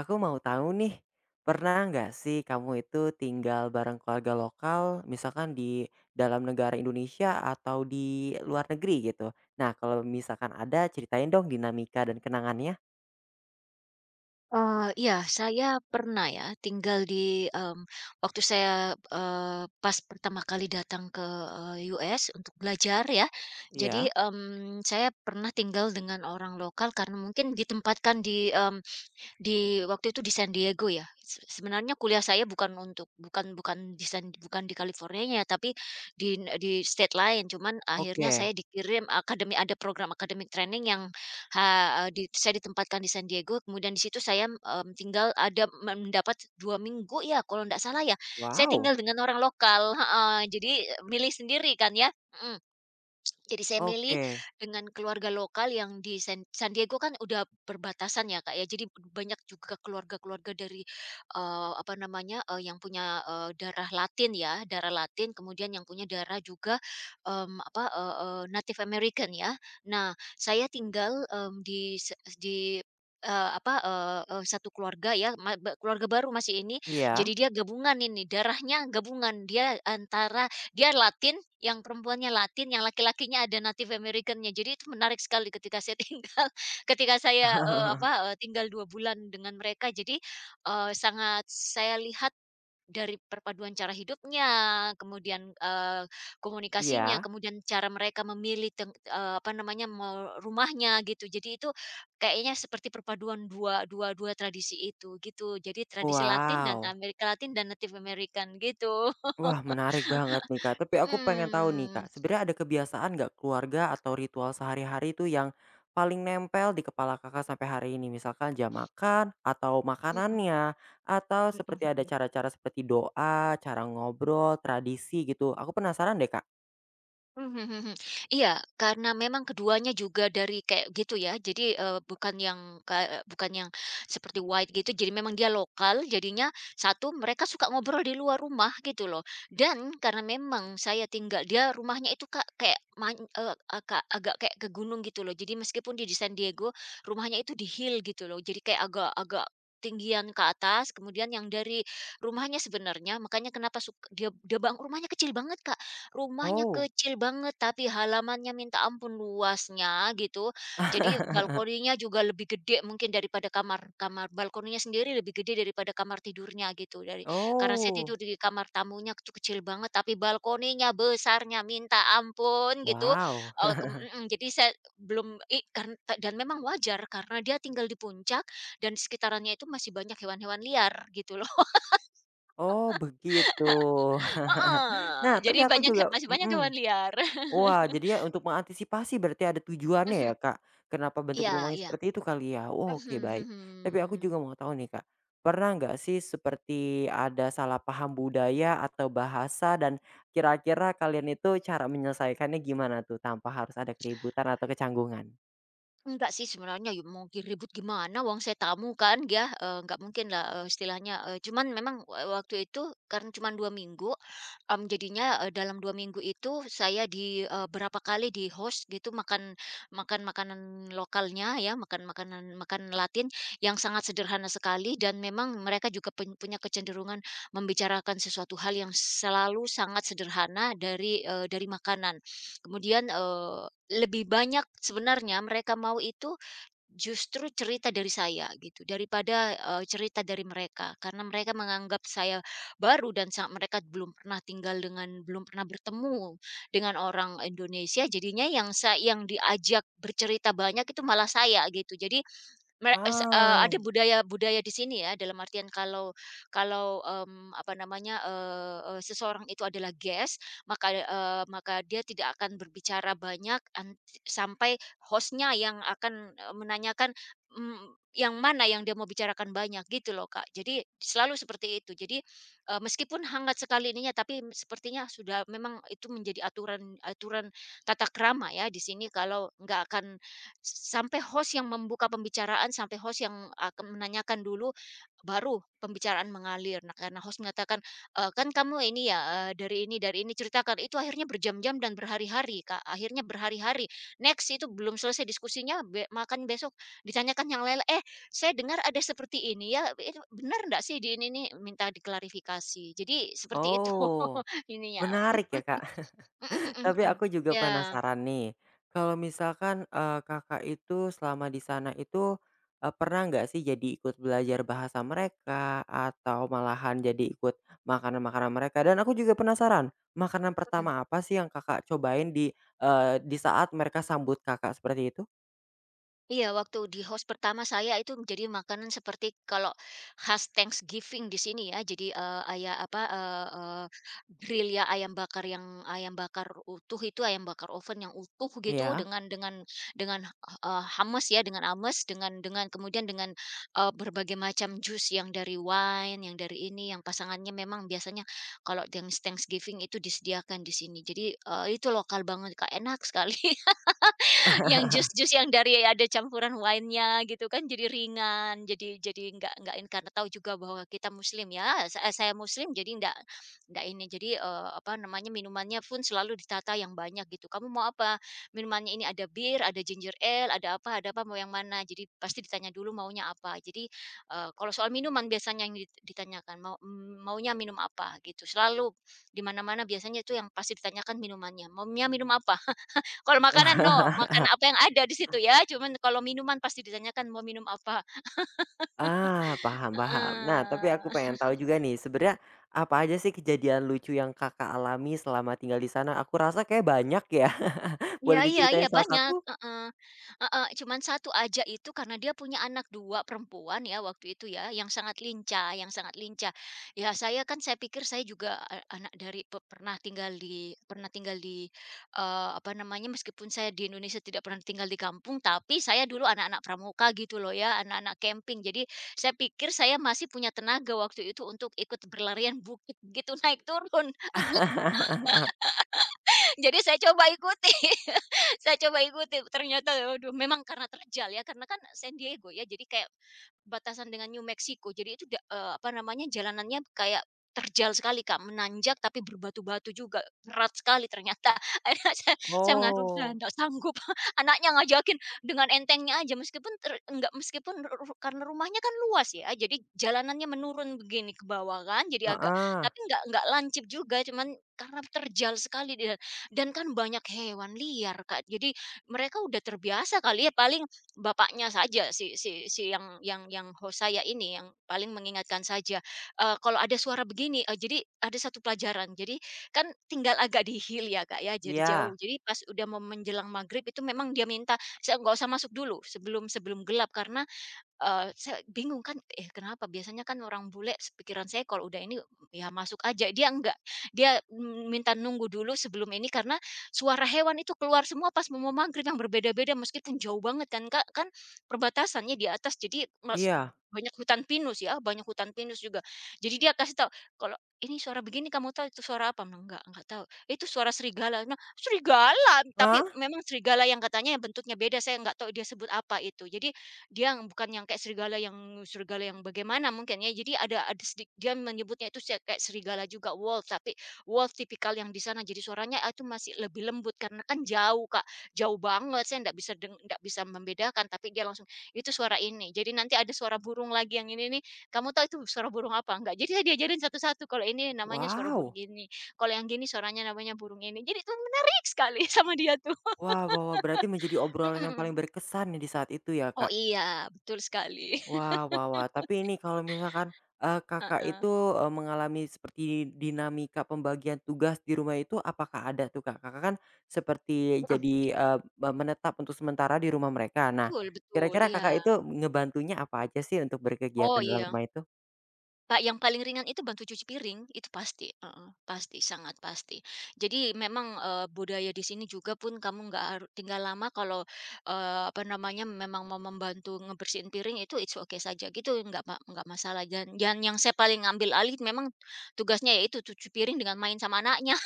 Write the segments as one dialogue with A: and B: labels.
A: Aku mau tahu nih, pernah nggak sih kamu itu tinggal bareng keluarga lokal, misalkan di dalam negara Indonesia atau di luar negeri gitu? Nah, kalau misalkan ada, ceritain dong dinamika dan kenangannya.
B: Saya pernah ya tinggal waktu pas pertama kali datang US untuk belajar ya.
A: Iya,
B: Saya pernah tinggal dengan orang lokal karena mungkin ditempatkan di waktu itu di San Diego ya. Sebenarnya kuliah saya bukan di San bukan di California ya tapi di state lain, cuman akhirnya
A: oke.
B: saya dikirim akademi ada program academic training yang, ha di saya ditempatkan di San Diego, kemudian di situ tinggal ada mendapat 2 minggu ya kalau tidak salah ya, saya
A: Wow,
B: tinggal dengan orang lokal, heeh, jadi milih sendiri kan ya, mhm. Jadi saya milih
A: oke.
B: dengan keluarga lokal yang di San San Diego kan udah berbatasan ya, Kak, ya, jadi banyak juga keluarga-keluarga apa yang darah Latin ya, darah Latin kemudian yang punya darah juga, mmm, apa, eee eee, Native American ya. Nah saya di se di, eee, apa, eee eee, satu keluarga ya, ma be keluarga baru masih ini, jadi
A: Iya.
B: dia gabungan ini darahnya gabungan, dia antara dia Latin, yang perempuannya Latin, yang laki-lakinya ada Native American-nya. Jadi itu menarik sekali ketika saya tinggal ketika saya, eee, apa, eee, tinggal 2 bulan dengan mereka. Sangat saya lihat dari perpaduan cara hidupnya, kemudian komunikasinya,
A: Iya.
B: kemudian cara mereka memilih teng apa namanya, me rumahnya gitu. Jadi itu kayaknya seperti perpaduan dua dua dua tradisi itu, gitu. Jadi tradisi Latin dan
A: Wow.
B: Amerika Latin dan Native American, gitu.
A: Wah, menarik banget nih, Kak. Tapi aku pengen tahu nih,
B: Mhm.
A: Kak, sebenarnya ada kebiasaan nggak keluarga atau ritual sehari-hari itu yang paling nempel di kepala Kakak sampai hari ini? Misalkan jam makan atau
B: Mhm
A: makanannya atau
B: mhm
A: seperti ada
B: mhm.
A: cara-cara seperti doa, cara ngobrol, tradisi gitu. Aku penasaran deh, Kak.
B: Mmm, mhm mhm. Iya, karena memang keduanya juga dari kayak gitu ya, jadi, bukan yang kayak bukan yang seperti white gitu, jadi memang dia lokal, jadinya satu mereka suka ngobrol di luar rumah gitu loh. Dan karena memang saya tinggal dia rumahnya itu Kak, kayak man aga agak kayak ke gunung gitu loh, jadi meskipun dia di San Diego, rumahnya itu di hill gitu loh, jadi kayak agak agak tinggian ke atas, kemudian yang dari rumahnya sebenarnya makanya kenapa suka dia dia bang rumahnya kecil banget, Kak. Rumahnya
A: Oh.
B: kecil banget, tapi halamannya minta ampun luasnya gitu. Jadi balkoninya juga lebih gede mungkin daripada kamar kamar balkoninya sendiri lebih gede daripada kamar tidurnya gitu. Dari karena saya tidur
A: Oh,
B: di kamar tamunya itu kecil banget, tapi balkoninya besarnya minta ampun gitu.
A: wow.
B: Kem mhm, jadi saya belum i karena dan memang wajar karena dia tinggal di puncak dan di sekitarannya itu masih banyak hewan-hewan liar gitu loh.
A: Oh, begitu. Nah,
B: Heeh, jadi
A: tapi aku
B: banyak
A: juga
B: masih banyak hewan
A: mhm.
B: liar.
A: Wah, jadi ya untuk mengantisipasi berarti ada tujuannya
B: Mhm,
A: ya, Kak, kenapa bentuk
B: iya,
A: rumahnya
B: iya.
A: seperti itu kali ya? Oh, oke
B: Mhm,
A: baik. Tapi aku
B: mhm.
A: juga mau tahu nih, Kak, pernah nggak sih seperti ada salah paham budaya atau bahasa dan kira-kira kalian itu cara menyelesaikannya gimana tuh tanpa harus ada keributan atau kecanggungan?
B: Enggak sih sebenarnya ya mau ribut gimana uang saya tamu kan ya, nggak mungkin lah, istilahnya, cuman memang wa waktu itu karena cuman 2 minggu, dalam 2 minggu itu saya di berapa kali di-host gitu makan makan makanan lokalnya ya, makan makanan makan Latin yang sangat sederhana sekali dan memang mereka juga pun punya kecenderungan membicarakan sesuatu hal yang selalu sangat sederhana dari makanan. Kemudian, lebih banyak sebenarnya mereka mau itu justru cerita dari saya gitu, daripada cerita dari mereka. Karena mereka menganggap saya baru dan sa mereka belum pernah tinggal dengan belum pernah bertemu dengan orang Indonesia, jadinya yang sa yang diajak bercerita banyak itu malah saya gitu. Jadi Mere es
A: Ah.
B: ada budaya-budaya di sini ya, dalam artian kalau kalau, apa namanya, eee eee, seseorang itu adalah guest, maka dia tidak akan berbicara banyak ant sampai hostnya yang akan menanyakan, mmm, yang mana yang dia mau bicarakan banyak, gitu loh, Kak. Jadi selalu seperti itu. Jadi, meskipun hangat sekali ininya, tapi sepertinya sudah memang itu menjadi aturan aturan tata krama ya di sini kalau nggak akan sampai host yang membuka pembicaraan, sampai host yang akan menanyakan dulu, baru pembicaraan mengalir. Nah, karena host mengatakan, "Kan kamu ini ya, dari ini," ceritakan. Itu akhirnya berjam-jam dan berhari-hari, Kak, akhirnya berhari-hari. Next, itu belum selesai diskusinya, be makan besok ditanyakan yang lain, "Eh, saya dengar ada seperti ini ya, itu benar nggak sih di ini nih?" Minta diklarifikasi. Jadi seperti itu
A: Oh,
B: ininya.
A: menarik ya, Kak.
B: Mhm, mhm,
A: Tapi
B: mhm.
A: aku juga
B: Iya,
A: penasaran nih, kalau misalkan, Kakak itu selama di sana itu, pernah nggak sih jadi ikut belajar bahasa mereka, atau malahan jadi ikut makanan-makanan mereka? Dan aku juga penasaran, makanan
B: mhm.
A: pertama apa sih yang Kakak cobain di, di saat mereka sambut Kakak seperti itu?
B: Iya, waktu di host pertama saya itu menjadi makanan seperti kalau khas Thanksgiving di sini ya. Jadi ayam apa grill ya ayam bakar yang ayam bakar utuh itu ayam bakar oven yang utuh gitu
A: Iya.
B: dengan hummus ya, dengan ames dengan kemudian dengan berbagai macam jus yang dari wine, yang dari ini, yang pasangannya memang biasanya kalau yang Thanksgiving itu disediakan di sini. Jadi itu lokal banget, Kak, enak sekali. Yang jus-jus yang dari ada campuran wine-nya gitu kan jadi ringan, jadi nggak ini karena tahu juga bahwa kita muslim ya, sa saya muslim jadi ndak ndak ini, jadi, apa namanya, minumannya pun selalu ditata yang banyak gitu, "Kamu mau apa? Minumannya ini ada bir, ada ginger ale, ada apa, mau yang mana?" Jadi pasti ditanya dulu maunya apa. Jadi, kalau soal minuman biasanya yang dit ditanyakan, "Mau mmm, maunya minum apa?" Gitu, selalu di mana-mana biasanya itu yang pasti ditanyakan minumannya, "Maunya minum apa?" Kalau makanan no, makan apa yang ada di situ ya, cuman kalau minuman pasti ditanyakan, "Mau minum apa?"
A: Ah, paham paham. Nah, tapi aku
B: Heeh.
A: pengen tahu juga nih, sebenarnya apa aja sih kejadian lucu yang Kakak alami selama tinggal di sana? Aku rasa kayak banyak ya.
B: Iya,
A: Boleh
B: iya,
A: diceritain
B: iya,
A: salah
B: banyak,
A: satu?
B: heeh. Heeh, cuman satu aja itu karena dia punya anak 2 perempuan ya waktu itu ya, yang sangat lincah yang sangat lincah. Ya saya kan saya pikir saya juga, anak dari pe pernah tinggal di pernah tinggal di, apa namanya, meskipun saya di Indonesia tidak pernah tinggal di kampung, tapi saya dulu anak-anak pramuka gitu loh ya, anak-anak camping. Jadi saya pikir saya masih punya tenaga waktu itu untuk ikut berlarian bukit gitu, naik turun. Jadi saya coba ikuti. Saya coba ikuti ternyata, aduh memang karena terjal ya, karena kan San Diego ya, jadi kayak batasan dengan New Mexico. Jadi itu da apa namanya, jalanannya kayak terjal sekali, Kak, menanjak tapi berbatu-batu juga, berat sekali ternyata. Akhirnya saya mengadu udah
A: Oh,
B: nggak sanggup, anaknya ngajakin dengan entengnya aja meskipun ter enggak meskipun ru ru karena rumahnya kan luas ya, jadi jalanannya menurun begini ke bawah kan, jadi agak
A: ah
B: tapi nggak lancip juga, cuman karena terjal sekali dan kan banyak hewan liar, Kak. Jadi mereka udah terbiasa kali ya paling bapaknya saja si si si yang yang host saya ini yang paling mengingatkan saja, kalau ada suara begini, jadi ada satu pelajaran. Jadi kan tinggal agak dihil ya, Kak, ya, jadi jauh.
A: iya
B: Jadi pas udah mau menjelang maghrib itu memang dia minta, "Saya nggak usah masuk dulu sebelum sebelum gelap," karena saya bingung kan, eh, kenapa biasanya kan orang bule pikiran saya kalau udah ini, ya masuk aja, dia enggak. Dia m minta nunggu dulu sebelum ini karena suara hewan itu keluar semua pas mau mau maghrib yang berbeda-beda meskipun jauh banget kan, Kak, kan perbatasannya di atas jadi mas
A: iya.
B: banyak hutan pinus ya, banyak hutan pinus juga. Jadi dia kasih tahu, "Kalau ini suara begini kamu tahu itu suara apa?" "Nah, enggak tahu." "Itu suara serigala." "Nah, serigala?" Tapi
A: Hah?
B: memang serigala yang katanya bentuknya beda, saya enggak tahu dia sebut apa itu. Jadi dia yang bukan yang kayak serigala yang bagaimana mungkin ya. Jadi ada sedik dia menyebutnya itu se kayak serigala juga wolf, tapi wolf tipikal yang di sana. Jadi suaranya ah, itu masih lebih lembut karena kan jauh, Kak, jauh banget. Saya nggak bisa deng nggak bisa membedakan, tapi dia langsung, "Itu suara ini." Jadi nanti ada suara burung lagi yang ini nih, "Kamu tahu itu suara burung apa enggak?" Jadi saya diajarin satu-satu, kalau ini namanya suara burung
A: Wow!
B: ini, kalau yang gini suaranya namanya burung ini. Jadi itu menarik sekali sama dia tuh.
A: Wah bahwa berarti menjadi obrolan yang paling
B: Mhm.
A: berkesan nih di saat itu ya,
B: Oh
A: Kak?
B: iya, betul sekali.
A: Wah wah wah, tapi ini kalau misalkan, Kakak itu, mengalami seperti dinamika pembagian tugas di rumah itu apakah ada tuh, Kak? Kakak kan seperti
B: Heeh.
A: jadi, eee, me menetap untuk sementara di rumah mereka. Nah,
B: Betul, betul,
A: kira-kira
B: iya.
A: Kakak itu ngebantunya apa aja sih untuk berkegiatan
B: Oh,
A: dalam
B: iya.
A: rumah itu?
B: Pak yang paling ringan itu bantu cuci piring, itu pasti, heeh, pasti, sangat pasti. Jadi memang, budaya di sini juga pun kamu nggak harus tinggal lama kalau, apa namanya, memang mau membantu ngebersihin piring itu it's okay saja gitu, nggak masalah. Dan yang saya paling ngambil alih memang tugasnya yaitu cuci piring dengan main sama anaknya.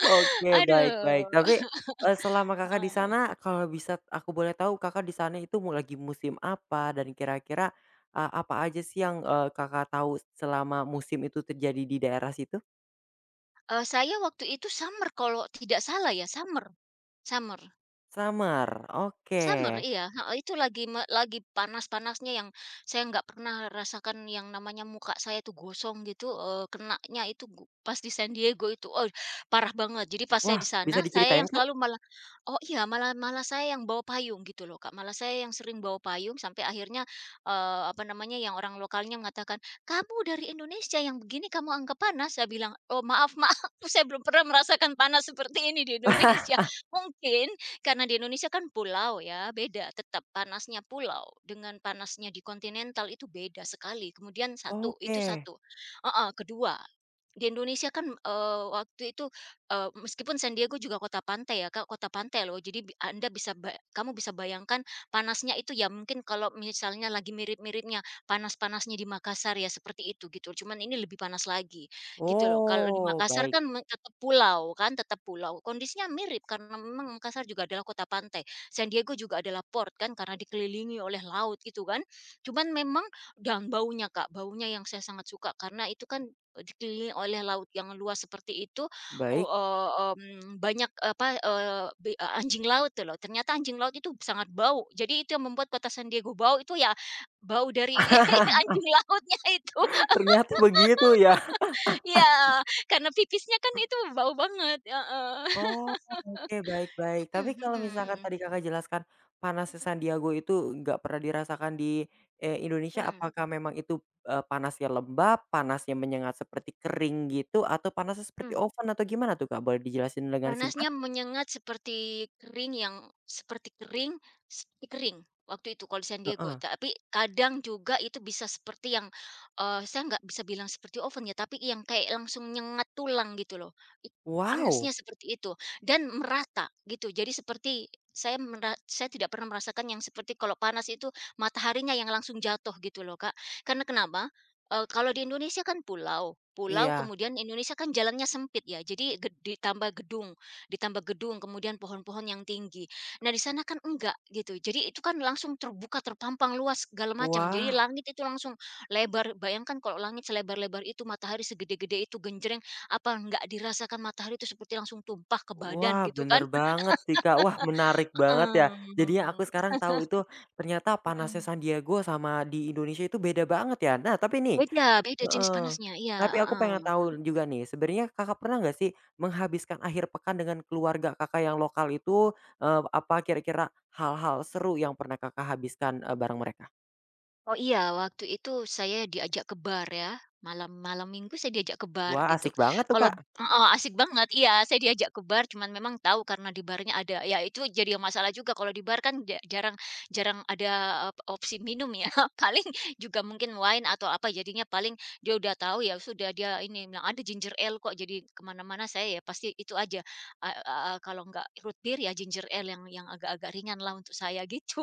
A: Oke, baik baik.
B: Aduh,
A: Tapi, selama Kakak di
B: heeh.
A: sana kalau bisa aku boleh tahu Kakak di sana itu mau lagi musim apa dan kira-kira, apa aja sih yang, Kakak tahu selama musim itu terjadi di daerah situ?
B: Eee, saya waktu itu summer kalau tidak salah ya, summer summer.
A: Summer, oke.
B: Summer, iya, heeh, itu lagi me lagi panas-panasnya yang saya nggak pernah rasakan yang namanya muka saya tuh gosong gitu, kenanya itu gu pas di San Diego itu, oh, parah banget. Jadi pas saya
A: Wah,
B: di sana,
A: bisa
B: saya
A: diceritain,
B: yang
A: Kak?
B: selalu malah oh, iya, malah malah saya yang bawa payung gitu loh, Kak, malah saya yang sering bawa payung sampai akhirnya, apa namanya, yang orang lokalnya mengatakan, "Kamu dari Indonesia yang begini kamu anggap panas?" Saya bilang, "Oh, maaf maaf, saya belum pernah merasakan panas seperti ini di Indonesia." Mungkin karena di Indonesia kan pulau ya, beda tetap panasnya pulau dengan panasnya di kontinental itu beda sekali. Kemudian satu, itu
A: Oke.
B: satu. Heeh, kedua di Indonesia kan, waktu itu, meskipun San Diego juga kota pantai ya Kak, kota pantai loh. Jadi Anda bisa kamu bisa bayangkan panasnya itu ya mungkin kalau misalnya lagi mirip-miripnya panas-panasnya di Makassar ya seperti itu gitu, cuman ini lebih panas lagi gitu loh. Kalau di
A: Oh,
B: Makassar
A: baik
B: kan tetap pulau kan, tetap pulau. Kondisinya mirip karena memang Makassar juga adalah kota pantai. San Diego juga adalah port kan karena dikelilingi oleh laut gitu kan. Cuman memang dan baunya Kak, baunya yang saya sangat suka karena itu kan dikelilingi oleh laut yang luas seperti itu,
A: baik.
B: banyak apa, anjing laut tuh loh, ternyata anjing laut itu sangat bau. Jadi itu yang membuat kota San Diego bau itu ya bau dari anjing lautnya itu,
A: Ternyata begitu ya.
B: ya karena pipisnya kan itu bau banget, heeh,
A: Oh, oke, baik baik. Tapi
B: mhm
A: kalau misalkan
B: mhm,
A: tadi Kakak jelaskan panasnya Sandiago itu nggak pernah dirasakan di, Indonesia,
B: mhm,
A: apakah memang itu, panasnya lembab, panasnya menyengat seperti kering gitu, atau panasnya seperti
B: mmm.
A: oven atau gimana tuh, Kak? Boleh dijelasin dengan singkat?
B: Panasnya menyengat seperti kering yang seperti kering seperti kering waktu itu kalau di San Diego,
A: Heeh.
B: tapi kadang juga itu bisa seperti yang, saya nggak bisa bilang seperti oven ya, tapi yang kayak langsung nyengat tulang gitu loh. It
A: Wow!
B: panasnya seperti itu dan merata gitu. Jadi seperti saya tidak pernah merasakan yang seperti kalau panas itu mataharinya yang langsung jatuh gitu loh, Kak. Karena kenapa? Kalau di Indonesia kan pulau
A: Iya.
B: kemudian Indonesia kan jalannya sempit ya, jadi ditambah gedung. Ditambah gedung, kemudian pohon-pohon yang tinggi. Nah, di sana kan enggak gitu. Jadi itu kan langsung terbuka, terpampang luas segala macam. Jadi
A: Wah
B: langit itu langsung lebar. Bayangkan kalau langit selebar-lebar itu, matahari segede-gede itu genjreng, apa enggak dirasakan matahari itu seperti langsung tumpah ke badan
A: wah,
B: gitu kan?
A: bener banget sih, Kak. Wah, menarik banget ya. Jadinya aku
B: Heeh.
A: sekarang tahu itu ternyata panasnya
B: Mhm.
A: San Diego sama di Indonesia itu beda banget ya. Nah, tapi nih
B: Beda, beda jenis
A: heeh,
B: panasnya, iya,
A: tapi aku pengen
B: heeh.
A: tahu juga nih, sebenarnya Kakak pernah nggak sih menghabiskan akhir pekan dengan keluarga Kakak yang lokal itu, apa kira-kira hal-hal seru yang pernah Kakak habiskan, bareng mereka?
B: Oh iya, waktu itu saya diajak ke bar ya, malam malam Minggu saya diajak ke bar
A: Wah,
B: gitu.
A: asik banget tuh,
B: Kalau
A: Kak.
B: heeh, asik banget, iya saya diajak ke bar cuman memang tahu karena di barnya ada ya itu jadi masalah juga kalau di bar kan ja- jarang jarang ada opsi minum ya. Paling juga mungkin wine atau apa jadinya paling dia udah tahu ya sudah dia ini bilang ada ginger ale kok jadi kemana-mana saya ya pasti itu aja. Kalau nggak root beer ya ginger ale yang agak-agak ringan lah untuk saya gitu.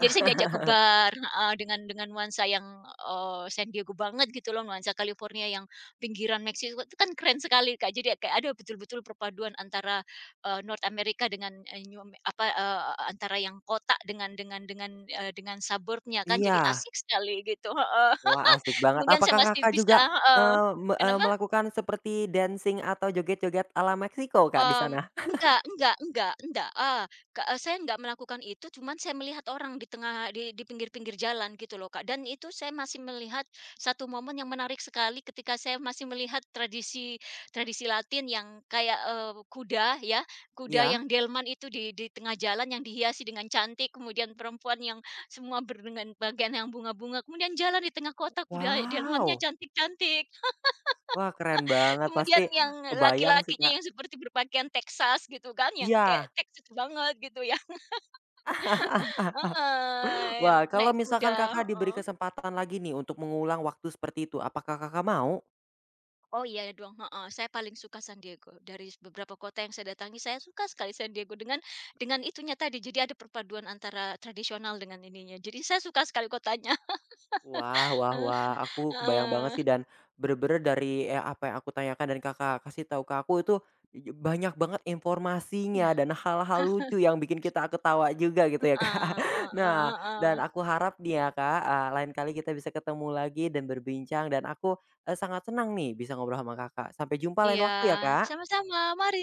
B: Jadi saya diajak ke bar heeh, dengan nuansa yang, San Diego banget gitu loh, nuansa California yang pinggiran Meksiko itu kan keren sekali, Kak. Jadi ya kayak ada betul-betul perpaduan antara, North America dengan, eee, New Ame apa, eee, antara yang kota dengan, dengan suburbnya kan, jadi
A: Iya,
B: asik sekali gitu heeh.
A: wah asik banget.
B: Kemudian saya
A: Apakah
B: masih
A: Kakak
B: bisa
A: juga,
B: heeh. Kenapa?
A: melakukan seperti dancing atau joget-joget ala Meksiko, Kak, di
B: Mmm,
A: sana?
B: enggak, saya enggak melakukan itu, cuman saya melihat orang di tengah di pinggir-pinggir jalan gitu loh, Kak, dan itu saya masih melihat satu momen yang menarik sekali ketika saya masih melihat tradisi tradisi Latin yang kayak, kuda ya, kuda
A: Iya?
B: yang delman itu di tengah jalan yang dihiasi dengan cantik, kemudian perempuan yang semua ber dengan bagian yang bunga-bunga, kemudian jalan di tengah kota kuda delmannya
A: Wow,
B: cantik-cantik.
A: wah keren banget,
B: Kemudian
A: pasti
B: yang
A: kebayang sih, Kak.
B: laki-lakinya yang seperti berpakaian Texas gitu kan, yang kayak
A: Iya.
B: Texas banget gitu ya heeh, yang
A: Wah, kalau
B: naik
A: misalkan
B: kuda,
A: Kakak diberi
B: heeh.
A: kesempatan lagi nih untuk mengulang waktu seperti itu, apakah Kakak mau?
B: Oh iya dong, heeh, saya paling suka San Diego. Dari beberapa kota yang saya datangi, saya suka sekali San Diego dengan itunya tadi, jadi ada perpaduan antara tradisional dengan ininya. Jadi saya suka sekali kotanya.
A: Wah wah
B: Heeh
A: wah, aku kebayang banget
B: heeh.
A: sih dan bener-bener dari, apa yang aku tanyakan dan Kakak kasih tahu ke aku itu, banyak banget
B: Iya,
A: informasinya dan hal-hal lucu yang bikin kita ketawa juga gitu ya, Kak.
B: heeh heeh
A: Nah, dan
B: heeh.
A: aku harap nih ya, Kak, lain kali kita bisa ketemu lagi dan berbincang dan aku, sangat senang nih bisa ngobrol sama Kakak. Sampai jumpa lain
B: Iya,
A: waktu ya, Kak.
B: sama-sama, mari.